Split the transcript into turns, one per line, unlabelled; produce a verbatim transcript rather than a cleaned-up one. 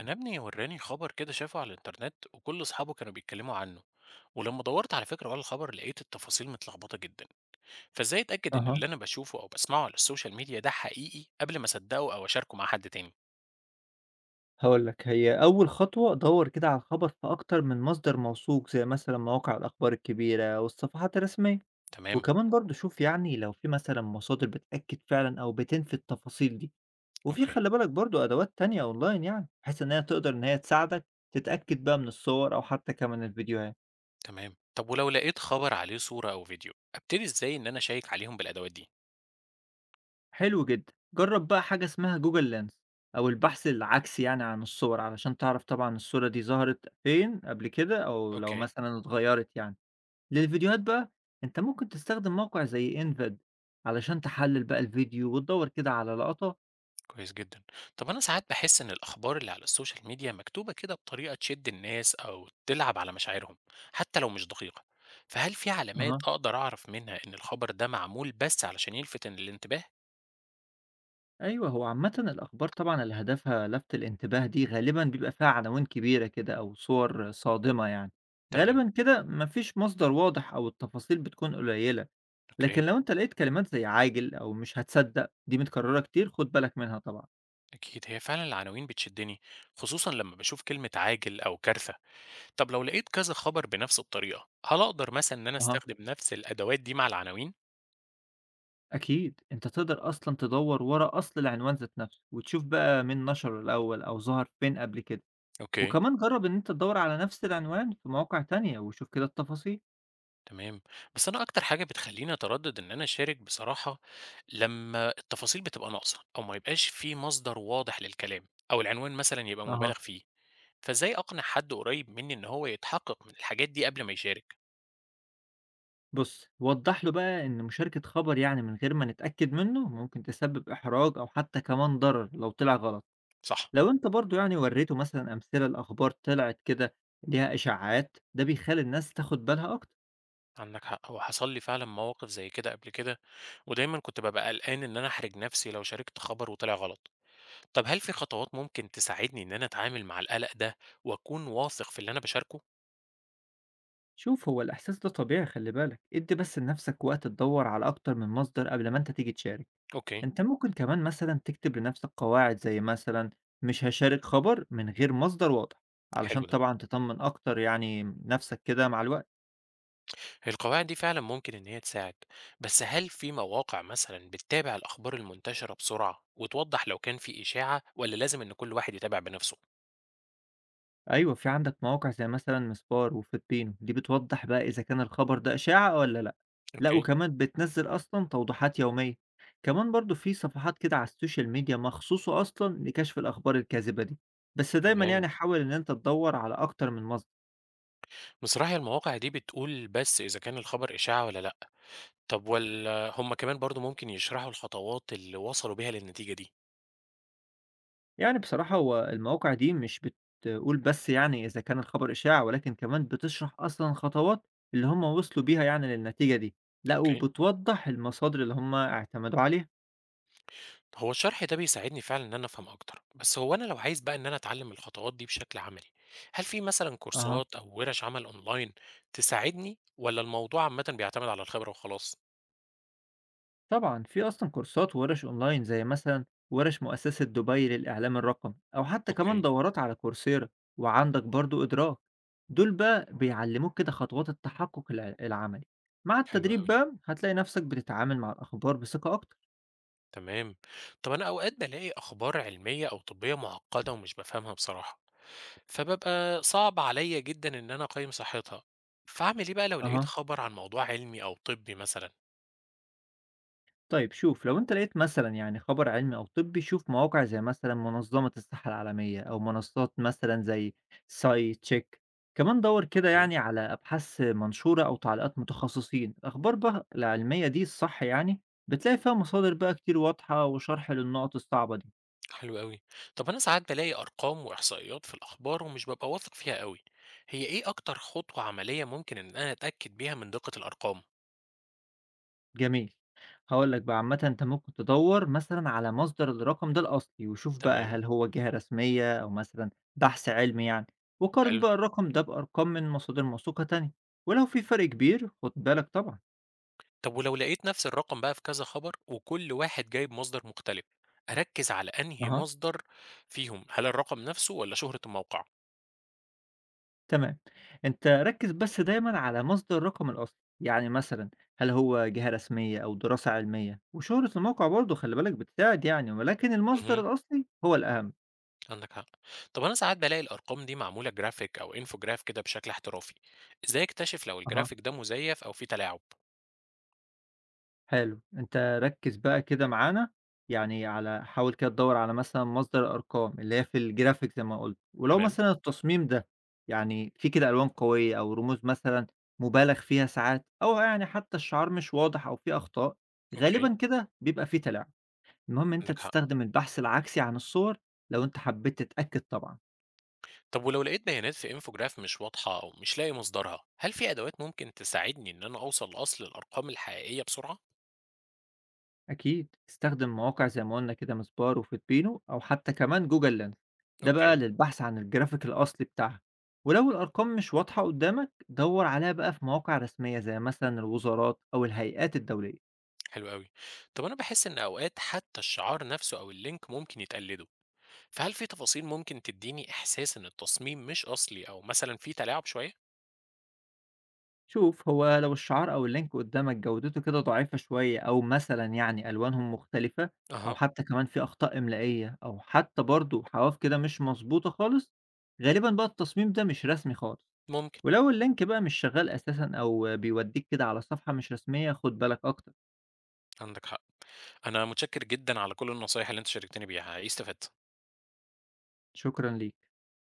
أنا ابني وراني خبر كده شافه على الإنترنت، وكل أصحابه كانوا بيتكلموا عنه. ولما دورت على فكرة ورا الخبر لقيت التفاصيل متلخبطة جدا. فإزاي أتأكد إن
أها،
اللي أنا بشوفه أو بسمعه على السوشيال ميديا ده حقيقي قبل ما أصدقه أو أشاركه مع حد تاني؟
هاقول لك هي أول خطوة دَوّر كده على الخبر في أكتر من مصدر موثوق، زي مثلًا مواقع الأخبار الكبيرة والصفحات الرسمية،
تمام.
وكمان برضه شوف يعني لو في مثلًا مصادر بتأكد فعلًا أو بتنفي التفاصيل دي، وفي
أوكي.
خلّي بالك برضه أدوات تانية أونلاين يعني، بحيث إن هي تقدر إن هي تساعدك تتأكد بقى من الصور أو حتى كمان الفيديوهات.
تمام، طب ولو لقيت خبر عليه صورة أو فيديو أبتدي إزاي إن أنا أشيك عليهم بالأدوات دي؟
حلو جدًا، جرّب بقى حاجة اسمها Google Lens أو البحث العكسي يعني عن الصور، علشان تعرف طبعًا الصورة دي ظهرت فين قبل كده أو لو
أوكي.
مثلًا اتغيّرت يعني. للفيديوهات بقى، أنت ممكن تستخدم موقع زي Envid علشان تحلل بقى الفيديو وتدوّر كده على لقطات.
كويس جدا. طب أنا ساعات بحس إن الأخبار اللي على السوشيال ميديا مكتوبة كده بطريقة تشد الناس أو تلعب على مشاعرهم، حتى لو مش دقيقة. فهل في علامات
أها.
أقدر أعرف منها إن الخبر ده معمول بس علشان يلفت الانتباه؟
أيوه، هو عامةً الأخبار طبعًا اللي هدفها لَفْت الانتباه دي غالبًا بيبقى فيها عناوين كبيرة كده أو صور صادمة يعني،
تمام.
غالبًا كده ما فيش مصدر واضح أو التفاصيل بتكون قليلة،
أوكي.
لكن لو أنت لقيت كلمات زي عاجل أو مش هتصدق دي متكررة كتير خُد بالك منها طبعًا.
أكيد، هي فعلا العناوين بتشدني، خصوصا لما بشوف كلمة عاجل أو كارثة. طب لو لقيت كذا خبر بنفس الطريقة، هل أقدر مثلا إن أنا
أها.
أستخدم نفس الأدوات دي مع العناوين؟
أكيد، أنت تقدر أصلًا تدوّر ورا أصل العنوان ذات نَفْسه وتشوف بقى مين نشره الأول أو ظهر فين قبل كده.
اوكي.
وكمان جرّب إن أنت تدوّر على نفس العنوان في مواقع تانية وشوف كده التفاصيل.
تمام. بس انا اكتر حاجه بتخليني اتردد ان انا اشارك بصراحه، لما التفاصيل بتبقى ناقصه او ما يبقاش في مصدر واضح للكلام، او العنوان مثلا يبقى مبالغ
أها،
فيه. فازاي اقنع حد قريب مني ان هو يتحقق من الحاجات دي قبل ما يشارك؟
بُص وضّح له بقى إن مشاركة خبر يعني من غير ما نتأكد منه ممكن تسبب إحراج أو حتى كمان ضرر لو طلع غلط.
صح.
لو أنت برضه يعني ورّيته مثلًا أمثلة لأخبار طلعت كده ليها إشاعات، ده بيخلّي الناس تاخد بالها أكتر.
عندك حق، هو حصل لي فعلا مواقف زي كده قبل كده، ودايما كنت ببقى قلقان ان انا احرج نفسي لو شاركت خبر وطلع غلط. طب هل في خطوات ممكن تساعدني ان انا اتعامل مع القلق ده واكون واثق في اللي انا بشاركه؟
شوف هو الإحساس ده طبيعي خلّي بالك، ادّي بس لنفسك وقت تدوّر على أكتر من مصدر قبل ما أنت تيجي تشارك.
اوكي.
أنت ممكن كمان مثلا تكتب لنفسك قواعد زي مثلا مش هاشارك خبر من غير مصدر واضح، علشان
حلو ده،
طبعا تطمن أكتر يعني نفسك كده مع الوقت.
هي القواعد دي فعلا ممكن إن هي تساعد. بس هل في مواقع مثلا بتتابع الأخبار المنتشرة بسرعة وتوضح لو كان في إشاعة، ولا لازم إن كل واحد يتابع بنفسه؟
أيوة، في عندك مواقع زي مثلا مسبار وفلبينو دي بتوضح بقى إذا كان الخبر ده إشاعة ولا لأ. لأ،
اوكي.
وكمان بتنزل أصلا توضيحات يومية. كمان برضو في صفحات كده على السوشيال ميديا مخصوصة أصلا لكشف الأخبار الكاذبة دي، بس دايما
تمام.
يعني حاول إن أنت تدور على أكتر من مصدر.
بصراحة المواقع دي بتقول بس إذا كان الخبر إشاعة ولا لأ. طب ولا هم كمان برضو ممكن يشرحوا الخطوات اللي وصلوا بيها للنتيجة دي؟
يعني بصراحة هو المواقع دي مش بتقول بس يعني إذا كان الخبر إشاعة، ولكن كمان بتشرح أصلا خطوات اللي هم وصلوا بيها يعني للنتيجة دي. لا،
اوكي.
وبتوضح المصادر اللي هم اعتمدوا عليها.
هو الشرح ده بيساعدني فعلا ان انا افهم اكتر، بس هو انا لو عايز بقى ان انا اتعلم الخطوات دي بشكل عملي، هل في مثلا
اها،
كورسات او ورش عمل اونلاين تساعدني، ولا الموضوع عامة بيعتمد على الخبرة وخلاص؟
طبعا في أصلا كورسات وورش أونلاين زي مثلا ورش مؤسسة دبي للإعلام الرقمي أو حتى كمان
اوكي.
دورات على كورسيرا. وعندك برضو إدراك، دول بقى بيعلموك كده خطوات التحقق الع- العملي. مع
حلو
التدريب
قوي.
بقى هتلاقي نفسك بتتعامل مع الأخبار بثقة أكتر.
تمام. طب انا اوقات بلاقي اخبار علمية او طبية معقدة ومش بفهمها بصراحة، فببقى صعب عليا جدا ان انا اقيم صحتها. فاعمل ايه بقى لو لقيت
اها،
خبر عن موضوع علمي او طبي مثلا؟
طيب شوف لو انت لقيت مثلا يعني خبر علمي او طبي، شوف مواقع زي مثلا منظمة الصحة العالمية او منصات مثلا زي ساي تشيك. كمان دور كده
اوكي.
يعني على ابحاث منشورة او تعليقات متخصصين، الاخبار بقى العلمية دي الصح يعني بتلاقي فيها مصادر بقى كتير واضحة وشرح للنقط الصعبة دي.
حلو أوي. طب أنا ساعات بالاقي أرقام وإحصائيات في الأخبار ومش بابقى واثق فيها أوي. هي إيه أكتر خطوة عملية ممكن إن أنا أتأكد بيها من دقة الأرقام؟
جميل. هاقول لك بقى عامةً أنت ممكن تدوّر مثلًا على مصدر الرقم ده الأصلي، وشوف بقى
تمام.
هل هو جهة رسمية أو مثلًا بحث علمي يعني، وقارن
حلو.
بقى الرقم ده بأرقام من مصادر موثوقة تانية، ولو في فرق كبير خُد بالك طبعًا.
طب ولو لقيت نفس الرقم بقى في كذا خبر وكل واحد جايب مصدر مختلف، أركز على أنهي
أها،
مصدر فيهم؟ هل الرقم نفسه ولا شهرة الموقع؟
تمام. أنت ركّز بس دايمًا على مصدر الرقم الأصلي، يعني مثلًا هل هو جهة رسمية أو دراسة علمية، وشهرة الموقع برضه خلّي بالك بتساعد يعني، ولكن المصدر
اهم،
الأصلي هو الأهم.
عندك حق. طب أنا ساعات بالاقي الأرقام دي معمولة جرافيك أو انفوجراف كده بشكل احترافي. إزاي أكتشف لو
أها.
الجرافيك ده مزيف أو فيه تلاعب؟
حلو، أنت ركّز بقى كده معانا، يعني على حاول كده تدوّر على مثلًا مصدر أرقام، اللي هي في الgraphic زي ما قُلت، ولو
تمام.
مثلًا التصميم ده يعني فيه كده ألوان قوية أو رموز مثلًا مُبالغ فيها ساعات، أو يعني حتى الشعار مش واضح أو فيه أخطاء،
أوكي.
غالبًا كده بيبقى فيه تلاعب. المهم أنت
عندك حق.
تستخدم البحث العكسي عن الصور لو أنت حبيت تتأكد طبعًا.
طب ولو لقيت بيانات في انفوجراف مش واضحة أو مش لاقي مصدرها، هل في أدوات ممكن تساعدني إن أنا أوصل لأصل الأرقام الحقيقية بسرعة؟
أكيد استخدم مواقع زي ما قلنا كده مسبار وفوتبينو أو حتى كمان جوجل لينس، ده بقى
أوكي.
للبحث عن الجرافيك الأصلي بتاعها. ولو الأرقام مش واضحة قدامك دور عليها بقى في مواقع رسمية زي مثلا الوزارات أو الهيئات الدولية.
حلو أوي. طب أنا بحس إن أوقات حتى الشعار نفسه أو اللينك ممكن يتقلده، فهل في تفاصيل ممكن تديني إحساس إن التصميم مش أصلي أو مثلا في تلاعب شوية؟
شوف هو لو الشعار أو اللينك قدامك جودته كده ضعيفة شوية أو مثلا يعني ألوانهم مختلفة، أو
أها.
حتى كمان في أخطاء إملائية أو حتى برضو حواف كده مش مظبوطة خالص، غالبا بقى التصميم ده مش رسمي خالص.
ممكن.
ولو اللينك بقى مش شغال أساسًا أو بيوديك كده على صفحة مش رسمية خُد بالك أكتر.
عندك حق. أنا متشكر جدا على كل النصايح اللي أنت شاركتني بيها، حقيقي استفدت.
شكرًا ليك.